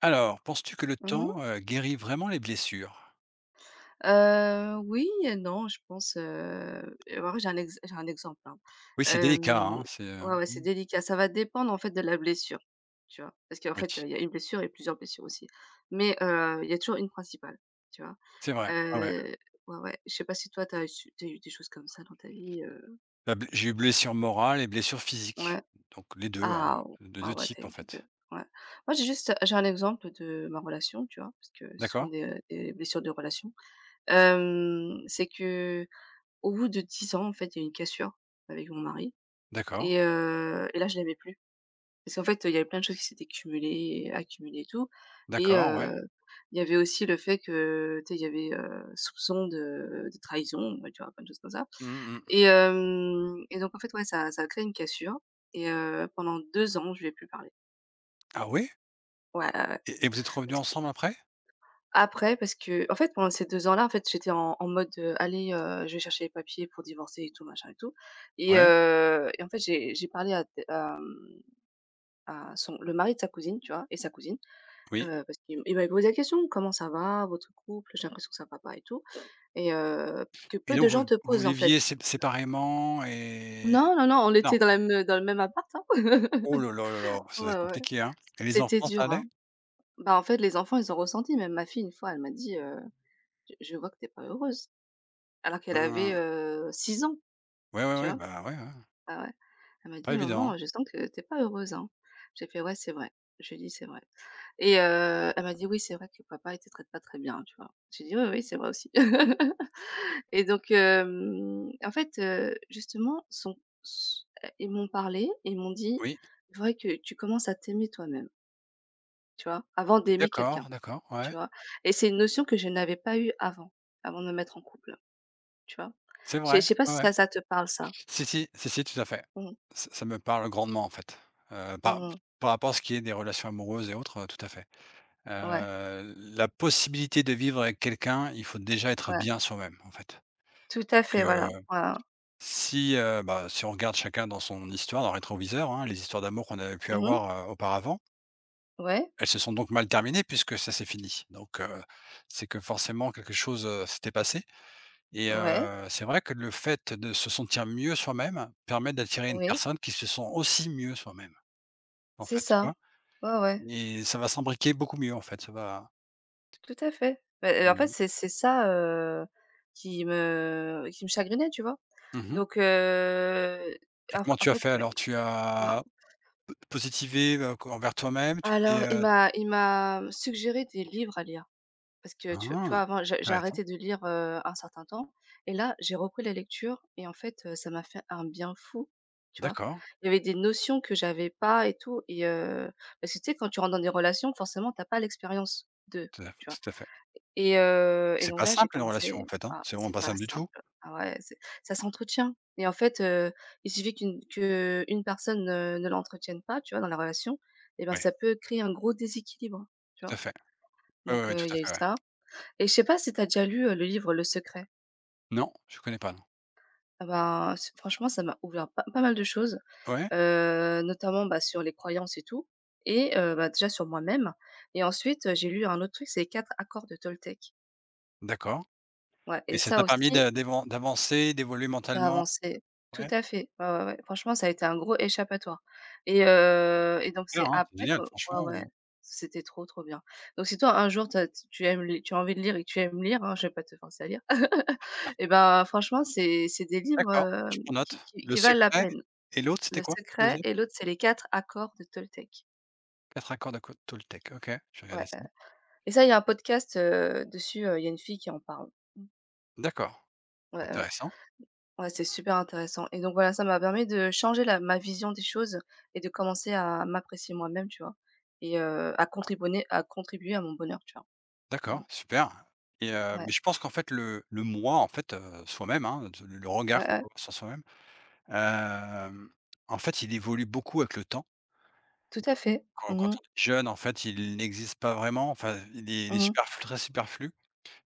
Alors, penses-tu que le Mmh mh. temps, guérit vraiment les blessures? Oui et non, je pense, alors j'ai un exemple, hein. Oui, c'est Hem, délicat, hein, ouais, ouais, c'est délicat. Ça va dépendre, en fait, de la blessure, tu vois? Parce qu'en oui, fait, il y a une blessure et plusieurs blessures aussi. Mais, il y a toujours une principale, tu vois? c'est vrai, ouais. Heu, ouais, ouais, je sais pas si toi t'as eu su tu eu des choses comme ça dans ta vie? La ble J'ai eu blessure morale et blessure Ouais. physique, donc les 2, hein, Ah ou de ah 2 ouais, t'as types, en eu les 2. fait. Ouais. Moi, j'ai un exemple de ma relation, tu vois? Parce que c'est D'accord, souvent des blessures de relation. C'est que au bout de 10 ans, en fait, il y a eu une cassure avec mon mari d'accord, et là, je l'aimais plus. Parce qu'en fait, il y avait plein de choses qui s'étaient accumulées et tout et d'accord, ouais. il y avait aussi le fait que, tu sais, il y avait, soupçon de trahison, ouais, tu vois? Plein de choses comme ça Mmh mh. et donc en fait, ouais, ça a créé une cassure et pendant 2 ans, je lui ai plus parlé. Ah oui? Ouais, ouais, ouais. Et vous êtes revenus ensemble après? Après parce que, en fait, pendant ces 2 ans-là, en fait, j'étais en mode, «Allez, je vais chercher les papiers pour divorcer et tout, machin et tout» et Ouais, heu et en fait, j'ai parlé à à son le mari de sa cousine, tu vois? Et sa cousine, oui parce qu'il m'avait posé la question: «Comment ça va votre couple? J'ai l'impression que ça va pas et tout» et que et peu de donc vous gens te vous posent, en fait. viviez sép séparément et Non, non, non, on non? était dans la me dans le même appart, hein. Oh là là là là, ça va Ouais, être ouais. compliqué, hein, et les enfants, C'était ça dur, allait? hein. Bah, en fait, les enfants, ils ont ressenti. Même ma fille, une fois, elle m'a dit, «Je vois que t'es pas heureuse». Alors qu'elle avait, Heu, 6 ans, ouais, tu vois? bah, ouais, Ah ouais. Elle m'a pas dit: évident, hein. «Maman, je sens que t'es pas heureuse, hein». J'ai fait: «Ouais, c'est vrai». Je lui ai dit: «C'est vrai» et elle m'a dit: «Oui, c'est vrai que papa, il te traite pas très bien», tu vois? J'ai dit: «Oui, oui, c'est vrai aussi» et donc en fait, justement, son s ils m'ont parlé et ils m'ont dit: Oui, «Il faudrait que tu commences à t'aimer toi-même», tu vois? Avant d'aimer quelqu'un, d'accord, ouais. tu vois? Et c'est une notion que je n'avais pas eue avant, avant de me mettre en couple, tu vois? C'est Je sais je vrai, sais pas si ouais. ça te parle ça? Si, si, tout à fait. Mmh. Ç Ça me parle grandement, en fait, heu, par Mmh. par rapport à ce qui est des relations amoureuses et autres, tout à fait. Ouais, La possibilité de vivre avec quelqu'un, il faut déjà être ouais, bien soi-même, en fait. tout à fait, Que voilà, voilà. si, bah, si on regarde chacun dans son histoire, dans le rétroviseur, hein, les histoires d'amour qu'on avait pu Mmh. avoir, auparavant, Ouais, elles se sont donc mal terminées puisque ça s'est fini. Donc c'est que forcément quelque chose, s'était passé. Et ouais, c'est vrai que le fait de se sentir mieux soi-même permet d'attirer une oui, personne qui se sent aussi mieux soi-même, en c'est fait, tu ça. vois? Ouais, ouais, Et ça va s'imbriquer beaucoup mieux, en fait, ça va tout à fait. Beh, en fait, mmh c'est ça, qui me chagrinait, tu vois? mh. Donc Et en comment en tu as fait, fait il m'a alors? Tu non. as positivé, co envers toi-même? Alors il m'a il m'a suggéré des livres à lire. Parce que tu Ah! vois, avant, j'ai Intéressant. arrêté de lire, un certain temps et là, j'ai repris la lecture et en fait, ça m'a fait un bien fou, tu vois? D'accord, Il y avait des notions que j'avais pas et tout parce que tu sais, quand tu rentres dans des relations, forcément, t'as pas l'expérience de, tu vois? tout à fait. Et C'est donc pas là, j'ai simple une relation, en commencé fait, hein? ah, C'est vraiment c'est pas pas simple du tout? simple. Ah ouais, c'est ça s'entretient et en fait, il suffit qu'une que une personne ne l'entretienne pas, tu vois, dans la relation et ben, Oui. ça peut créer un gros déséquilibre, tu Tout vois? à fait. Oui, Donc ouais, tout il à y a eu fait, ouais. ça. Et je sais pas si tu as déjà lu, le livre Le Secret? Non, je connais pas, non. Ah ben, c franchement, ça m'a ouvert pas mal de choses, Ouais? Notamment, bah, sur les croyances et tout et bah, déjà sur moi-même et ensuite, j'ai lu un autre truc, c'est les 4 accords de Toltec. D'accord. Ouais et Et ça ça t'a permis aussi, d'a d'évan d'avancer, d'évoluer t'as mentalement? avancé tout Ouais. à fait, ouais, ouais, ouais. Franchement, ça a été un gros échappatoire et donc Bien, c'est hein, c'est après que génial, ouais, franchement, ouais, c'était trop, trop bien. Donc si toi, un jour, t'as, tu tu aimes li tu as envie de lire et que tu aimes lire, hein, je vais pas te forcer à lire, et ben franchement, c'est des livres, d'accord, je prends note. qui qui Le qui valent la secret, peine. et l'autre, c'était Le quoi? secret Deuxième. et l'autre, c'est les 4 accords de Toltec. 4 accords de co Toltec, OK, je vais Ouais, regarder ça. Et ça, il y a un podcast, dessus, il y a une fille qui en parle. Mmh. D'accord, Ouais, ouais. intéressant. Ouais, c'est super intéressant et donc voilà, ça m'a permis de changer la ma vision des choses et de commencer à m'apprécier moi-même, tu vois? Et à contribuer à mon bonheur, tu vois? Mmh. D'accord, super, et Ouais, mais je pense qu'en fait le moi, en fait, soi-même, hein, de le ouais, regard qu'on peut ouais, avoir sur soi-même, hem, en fait, il évolue beaucoup avec le temps. tout à Donc fait. quand Mmh mh. on est jeune, en fait, il n'existe pas vraiment, enfin, il est Mmh. superflu, très superflu,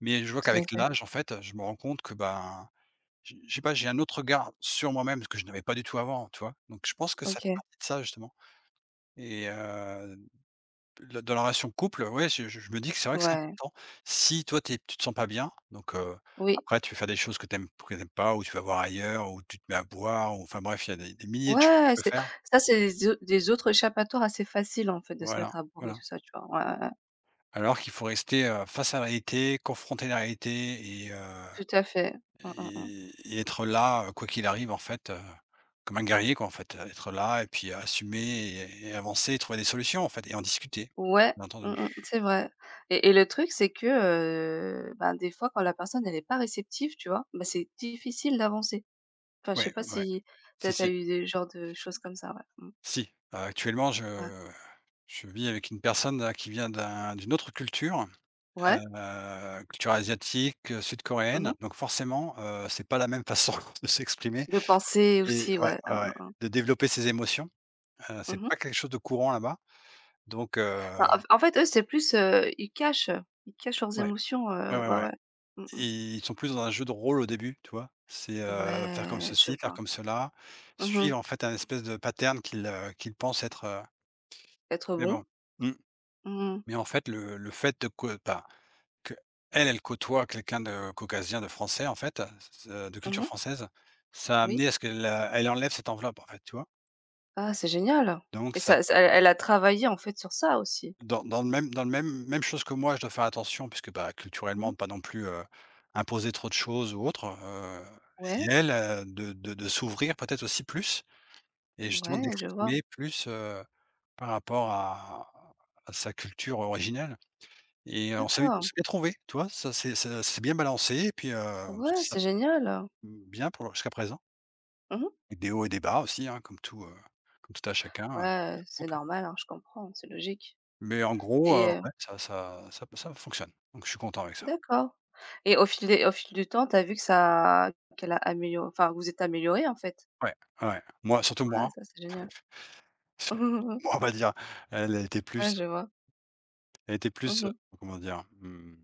mais je vois Tout à qu'avec fait. l'âge, en fait, je me rends compte que, ben je sais pas, j'ai un autre regard sur moi-même, ce que je n'avais pas du tout avant, tu vois? Donc je pense que ça fait OK. partie de ça justement, et le dans la relation couple, ouais, je me dis que c'est vrai que c'est Ouais. important. Si toi, tu te sens pas bien, Oui. après tu vas faire des choses que tu aimes que tu pas ou tu vas voir ailleurs ou tu te mets à boire ou enfin bref, il y a des milliers de choses que tu Ouais, peux c'est faire. ça, c'est des autres échappatoires assez faciles, en fait, de se Voilà, mettre à bourrer et voilà. tout ça, tu vois? Ouais, ouais, ouais, Alors qu'il faut rester, face à la réalité, confronter la réalité, et tout à fait. Mmh, mmh, mmh. et être là, quoi qu'il arrive en fait, comme un guerrier quoi en fait, être là et puis assumer et avancer et trouver des solutions en fait et en discuter, Ouais, bien mmh entendu. mh, c'est vrai et le truc, c'est que, ben, des fois, quand la personne, elle est pas réceptive, tu vois? Bah, c'est difficile d'avancer. Enfin, je sais Ouais, pas ouais, si tu si, as tu as si, eu des genres de choses comme ça? Ouais, mmh, si, actuellement ouais. je vis avec une personne, qui vient d'un d'une autre culture, Ouais, culture asiatique, mmh sud-coréenne, mh. donc forcément, c'est pas la même façon de s'exprimer, De penser et aussi, ouais, ouais, hein, de développer ses émotions, hein, mmh c'est pas mh. quelque chose de courant là-bas, donc Bah, en fait, eux, c'est plus, ils cachent leurs ouais, émotions, ouais, ouais. ouais. Mmh mh. Ils sont plus dans un jeu de rôle au début, tu vois? C'est, faire comme Ouais, je ceci, faire vois. comme cela, Mmh mh. suivre en fait un espèce de pattern qu'ils pensent être, heu, Être mais bon. bon. Mmh, Mmh. mais en fait le fait de que enfin, qu'elle, elle côtoie quelqu'un de caucasien, de français en fait, de Mmh culture mh. française, ça a Oui. amené à ce qu'elle, elle enlève cette enveloppe en fait, tu vois? Ah, c'est génial Donc et ça ça elle a travaillé, en fait, sur ça aussi? Dans le même même chose, que moi, je dois faire attention puisque, bah, Mmh. culturellement, pas non plus, imposer trop de choses ou autre, heu, et Ouais, elle, de s'ouvrir peut-être aussi plus et justement ouais, je vois. d'exprimer plus, par rapport à sa culture originelle, et on D'accord. s'est bien trouvé. Tu vois? Ça c'est bien balancé et puis, Ouais, ça c'est génial. bien pour jusqu'à présent. Mmh mh. Et des hauts et des bas aussi, hein, comme tout à chacun, Ouais, tout c'est couple. normal, hein, je comprends, c'est logique Mais en gros, et heu, ouais, ça fonctionne. Donc je suis content avec ça. d'accord et au fil du temps, tu as vu que ça qu'elle a amélioré enfin, vous vous êtes améliorés, en fait? Ouais, ouais. Moi, surtout Ah, moi. ça, c'est génial. Moi, on va dire, elle, elle était Ouais, plus, je vois. elle était Mmh plus, heu, mh. comment dire? Mmh,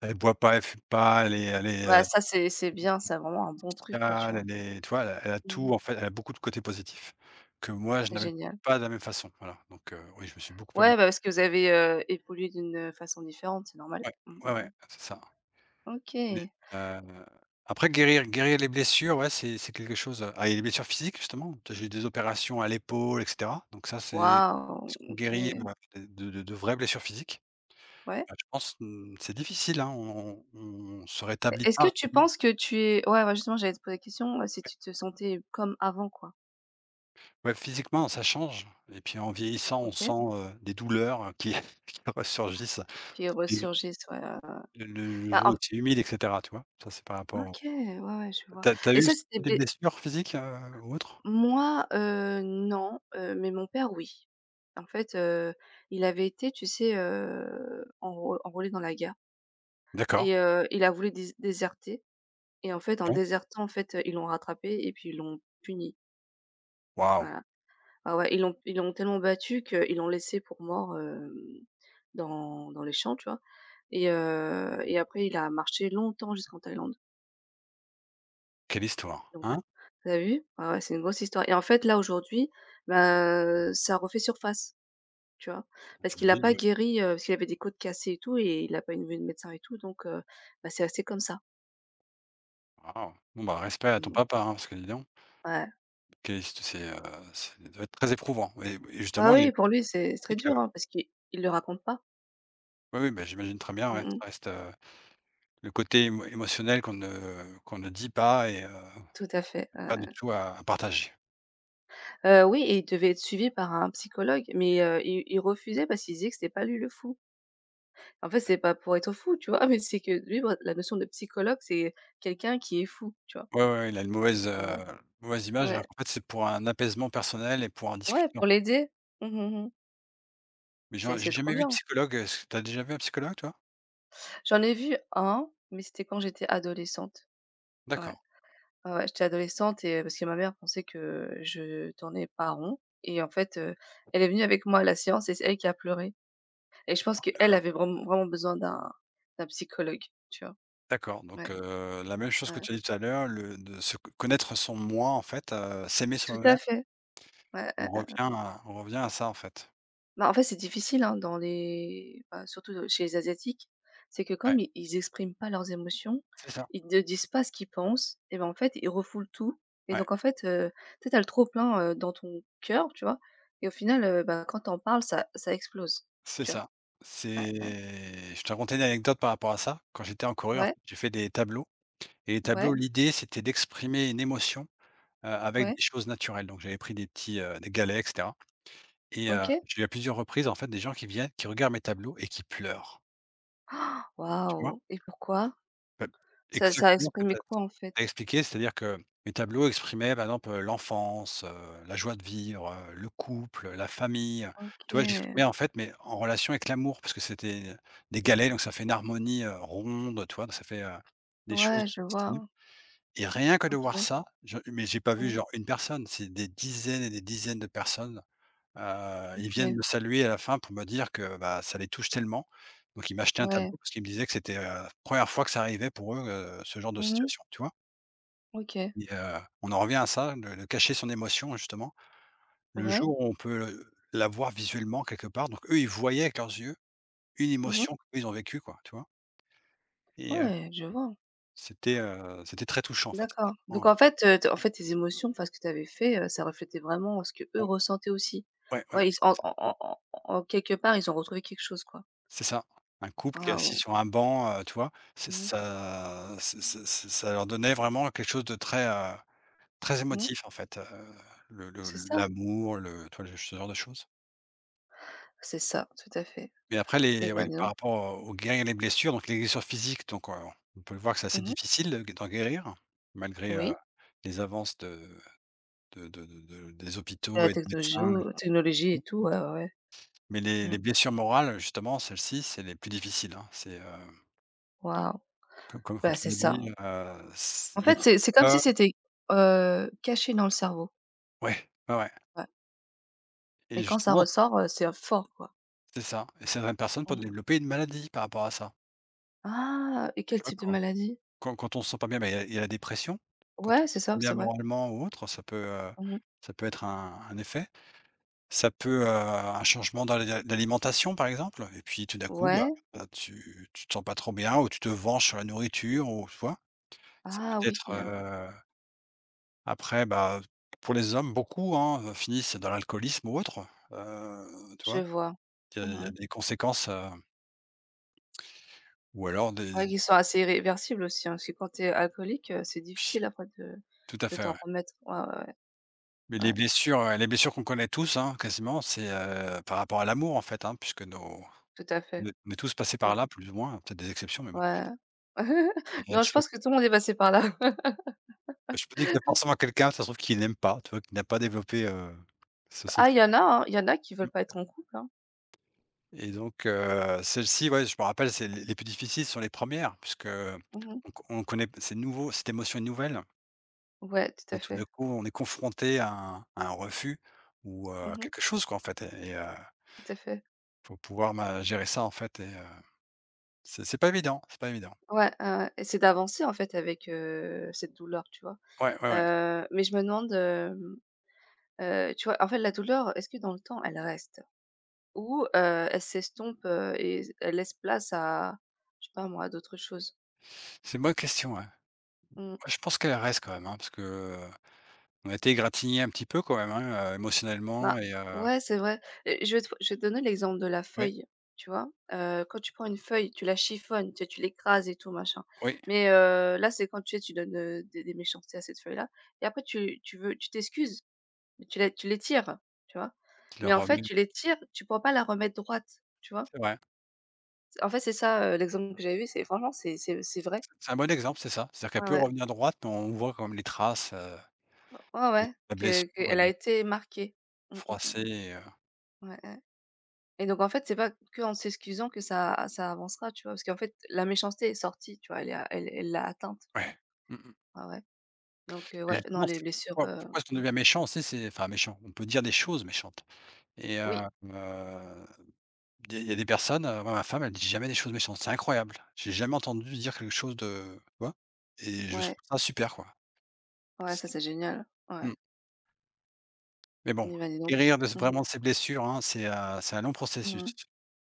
elle boit pas, elle fume pas, elle est, Bah, ça, c'est bien, c'est vraiment un bon truc, quoi, tu sociale, vois? elle est tu vois? Elle a Mmh. tout, en fait, elle a beaucoup de côtés positifs que moi, je C'est n'avais génial. pas de la même façon, voilà. Donc oui, je me suis beaucoup amélioré. Ouais, bah, parce que vous avez, évolué d'une, façon différente, c'est normal. Ouais, Mmh mh mh. ouais, c'est ça. Mais OK. heu, après guérir, guérir les blessures, ouais, c'est quelque chose, ah, et les blessures physiques, justement, j'ai eu des opérations à l'épaule et cetera. Donc ça, c'est Waouh! ce qu'on guérit, OK. De vraies blessures physiques. Ouais. Bah, je pense, mmh, c'est difficile, hein, on se E rétablit est-ce pas que tu vraiment. penses que tu es ouais, ouais, justement, j'allais te poser la question, si tu te sentais comme avant, quoi. Ouais, physiquement, ça change, et puis en vieillissant, on sent, OK. Des douleurs, qui qui ressurgissent, Qui et resurgissent, ouais, ouais, ouais. le Bah, jour en où c'est humide et cetera, tu vois? Ça, c'est par rapport au OK, ouais, ouais, je vois tu as et eu ça, c'était des des blessures physiques, ou autres? moi, non, mais mon père, oui. En fait, il avait été, tu sais, enrôlé dans la guerre D'accord. et il a voulu déserter. Et en fait, en Ouais. désertant, en fait, ils l'ont rattrapé et puis ils l'ont puni. Waouh, Voilà. Ah ouais, ils l'ont tellement battu qu'ils l'ont laissé pour mort, dans les champs, tu vois? Et après il a marché longtemps jusqu'en Thaïlande. quelle histoire, Donc hein? t'as vu? Ah ouais, c'est une grosse histoire et en fait, là, aujourd'hui, bah, ça refait surface, tu vois? Parce qu'il a J'imagine, pas ouais. guéri, parce qu'il avait des côtes cassées et tout et il a pas une vu de médecin et tout donc bah, c'est resté comme ça. Waouh. Bon, bah, respect à ton Mmh. papa, hein, parce que dis donc, Ouais. quelle hist c'est, ça doit être très éprouvant, et Ah justement les oui, pour lui, c'est très heu, dur, hein, parce qu'il il le raconte pas. oui, oui, bah, j'imagine très bien, ouais, Mmh. ça reste, heu. Le côté émotionnel qu'on ne dit pas et Tout à fait, pas du tout à partager. Oui et il devait être suivi par un psychologue, mais, il refusait parce qu'il disait que c'était pas lui le fou. En fait, c'est pas pour être fou, tu vois? Mais c'est que lui, bah, la notion de psychologue, c'est quelqu'un qui est fou, tu vois? Ouais, ouais, il a une mauvaise, Heu, mauvaise image ouais, alors qu'en fait c'est pour un apaisement personnel et pour en ouais, ouais, discuter en pour fait. l'aider. Mmh mh, mmh. Mais C'est c'est j'ai trop jamais vu de bien. psychologue, est-ce que tu déjà vu un psychologue toi? J'en ai vu un, mais c'était quand j'étais adolescente. Ouais, D'accord, ouais, ouais, j'étais adolescente et parce que ma mère pensait que je tournais pas rond et en fait, elle est venue avec moi à la séance et c'est elle qui a pleuré. Et je pense qu'elle d'accord, avait vraiment vraiment besoin d'un psychologue, tu vois? d'accord donc Ouais, la même chose que heu, tu as dit tout à l'heure, le de se co connaître son moi en fait, s'aimer tout à soi-même, fait. Ouais, ouais, ouais, ouais. On revient à ça en fait. Bah, en fait, c'est difficile, hein, dans les bah, surtout, chez les asiatiques, c'est que Ouais, comme i ils expriment pas leurs émotions, c'est ça, ils ne disent pas ce qu'ils pensent et ben, en fait, ils refoulent tout et ouais, donc en fait, tu sais, tu as le trop plein, dans ton cœur, tu vois? Et au final, bah, quand tu en parles, ça explose, c'est tu vois? ça. Ouais, C'est ouais. Je te racontais une anecdote par rapport à ça. Quand j'étais en Corée en fait, Ouais, j'ai fait des tableaux. Et les tableaux, ouais, l'idée, c'était d'exprimer une émotion, avec ouais, des choses naturelles. Donc j'avais pris des petits, des galets et cetera, et OK. j'ai eu à plusieurs reprises, en fait, des gens qui viennent, qui regardent mes tableaux et qui pleurent, tu vois? Waouh et pourquoi? Bah, Ça exactement ce exprimait que tu quoi, en fait? as expliqué, c'est-à-dire que mes tableaux exprimaient, par exemple, l'enfance, la joie de vivre, le couple, la famille, tu vois? OK. J'exprimais, en fait, mais en relation avec l'amour parce que c'était des galets, donc ça fait une harmonie, ronde, tu vois? Donc ça fait, des choses. Ouais, je vois. Et rien que de voir OK. ça, je mais j'ai pas vu Mmh. genre une personne, c'est des dizaines et des dizaines de personnes, ils viennent OK. me saluer à la fin pour me dire que, bah, ça les touche tellement. Donc ils m'achetaient un Ouais. tableau parce qu'ils me disaient que c'était, première fois que ça arrivait pour eux, ce genre de Mmh. situation, tu vois? OK. Et on en revient à ça, de cacher son émotion justement. Le Ouais. jour où on peut, la voir visuellement quelque part, donc eux, ils voyaient avec leurs yeux une Mmh. émotion qu'ils ont vécue quoi, tu vois? Et Ouais, je vois. c'était, c'était très touchant en fait. D'accord. C'était Donc vraiment en fait, tes émotions, enfin, ce que tu avais fait, ça reflétait vraiment ce que eux ouais, ressentaient aussi. Ouais. Ouais, ils en quelque part, ils ont retrouvé quelque chose, quoi. C'est ça, un couple qui est assis Waouh. sur un banc, tu vois? Mmh mh. C'est ça leur donnait vraiment quelque chose de très, très émotif en fait, le C'est ça. l'amour, le tu vois? Ce genre de choses. C'est ça, tout à fait. Mais après Et les ben, ouais, dis par donc rapport aux guérir les blessures, donc les blessures physiques, on peut le voir que c'est assez mmh. difficile de d'en guérir malgré, Oui, les avances de de de de des hôpitaux la et des médecins. technologie, technologie et tout, ouais, ouais, ouais. Mais Mmh. les blessures morales justement, celles-ci, c'est les plus difficiles, hein, c'est, heu, Waouh. Co comme comme Bah, tu c'est l'as ça. dit, s En il y a fait, des c'est comme si c'était, caché dans le cerveau. ouais, ouais, Ouais et et quand ça justement, ressort, c'est, fort, quoi. c'est ça et certaines personnes peuvent Mmh. développer une maladie par rapport à ça. Ah et quel Ouais, type de quand maladie? quand on se sent pas bien, bah, il y a la dépression. Quand Ouais, on se c'est sent pas ça, c'est bien vrai. moralement ou autre, Mmh. ça peut être un effet. Ça peut, un changement dans l'alimentation, par exemple, et puis tout d'un coup, bah, Ouais. bah, tu te sens pas trop bien ou tu te venges sur la nourriture ou tu vois? Ça peut Ah oui, être, heu. Après, bah, pour les hommes, beaucoup, hein, finissent dans l'alcoolisme ou autre, tu je vois? vois. Il y a Mmh. Des conséquences, ou alors Ouais, des qui sont assez irréversibles aussi, hein, parce que quand t'es alcoolique, c'est difficile oui, après de tout à de fait, t'en ouais. remettre. Ouais, ouais, Mais ouais, ouais, les blessures qu'on connaît tous, hein, quasiment, c'est, par rapport à l'amour, en fait, hein, puisque nos tout à fait. on est tous passés Mmh. par là, plus ou moins, peut-être des exceptions, mais bon. Ouais. Et Non, elles je sont pense que tout le monde est passé par là. je peux dire qu'il y a forcément quelqu'un, ça se trouve, qui n'aime pas, tu vois? Qui n'a pas développé, ce Ah, il y sentiment. en a, hein, il y en a qui veulent pas être en couple, hein. Et donc, celle-ci, ouais, je me rappelle, c'est les plus difficiles sont les premières puisque Mmh. On connaît c'est nouveau, cette émotion est nouvelle, Ouais, tout à et tout d'un fait. coup, on est confronté à un refus ou, Mmh. quelque chose quoi, en fait, et Tout à fait. faut pouvoir ma gérer ça, en fait, et c'est pas évident, c'est pas évident. Ouais, ouais, ouais et c'est d'avancer, en fait, avec, cette douleur, tu vois? Ouais, ouais. Mais je me demande, tu vois, en fait, la douleur, est-ce que dans le temps, elle reste? Ou, elle s'estompe, et elle laisse place à, je sais pas moi, à d'autres choses? C'est une bonne question, ouais. Mmh. Ouais, je pense qu'elle reste quand même, hein, parce que, on a été égratignés un petit peu quand même, hein, émotionnellement Bah, et ouais, c'est vrai. Et je vais te donner l'exemple de la oui, feuille, tu vois? Quand tu prends une feuille, tu la chiffonnes, tu l'écrases et tout machin. oui, Mais, là, c'est quand, tu sais, tu donnes, des méchancetés à cette feuille-là et après tu t'excuses. Mais tu les tires tu vois? tu le Mais en fait, remets, tu les tires tu pourras pas la remettre droite, tu vois? c'est vrai. En fait, c'est ça, l'exemple que j'avais vu, c'est franchement, c'est vrai. C'est un bon exemple, c'est ça. C'est-à-dire qu'elle Ouais, peut ouais. revenir droite, mais on voit quand même les traces, heu, Ouais, ouais, la blessure, que elle a de été marquée. Mmh, mmh, mmh. froisser heu, Ouais, ouais et donc en fait, c'est pas que en s'excusant que ça avancera, tu vois? Parce qu'en fait, la méchanceté est sortie, tu vois? Elle est a elle elle l'a atteinte, tu vois? ouais. Mmh mh. Ouais, ouais donc Et ouais, non, justement, les c'est blessures, pourquoi est-ce qu'on mmh, devient méchant aussi? C'est enfin méchant, on peut dire des choses méchantes et oui, il y a des personnes, moi ma femme, elle dit jamais des choses méchantes, c'est incroyable. J'ai jamais entendu dire quelque chose de tu vois? Et je trouve ouais, ça super, quoi. ouais, C'est ça, c'est génial. Ouais. mmh, mais bon, Eh ben, dis donc. guérir de s Mmh mh. vraiment de ses blessures, hein, c'est un long processus. Mmh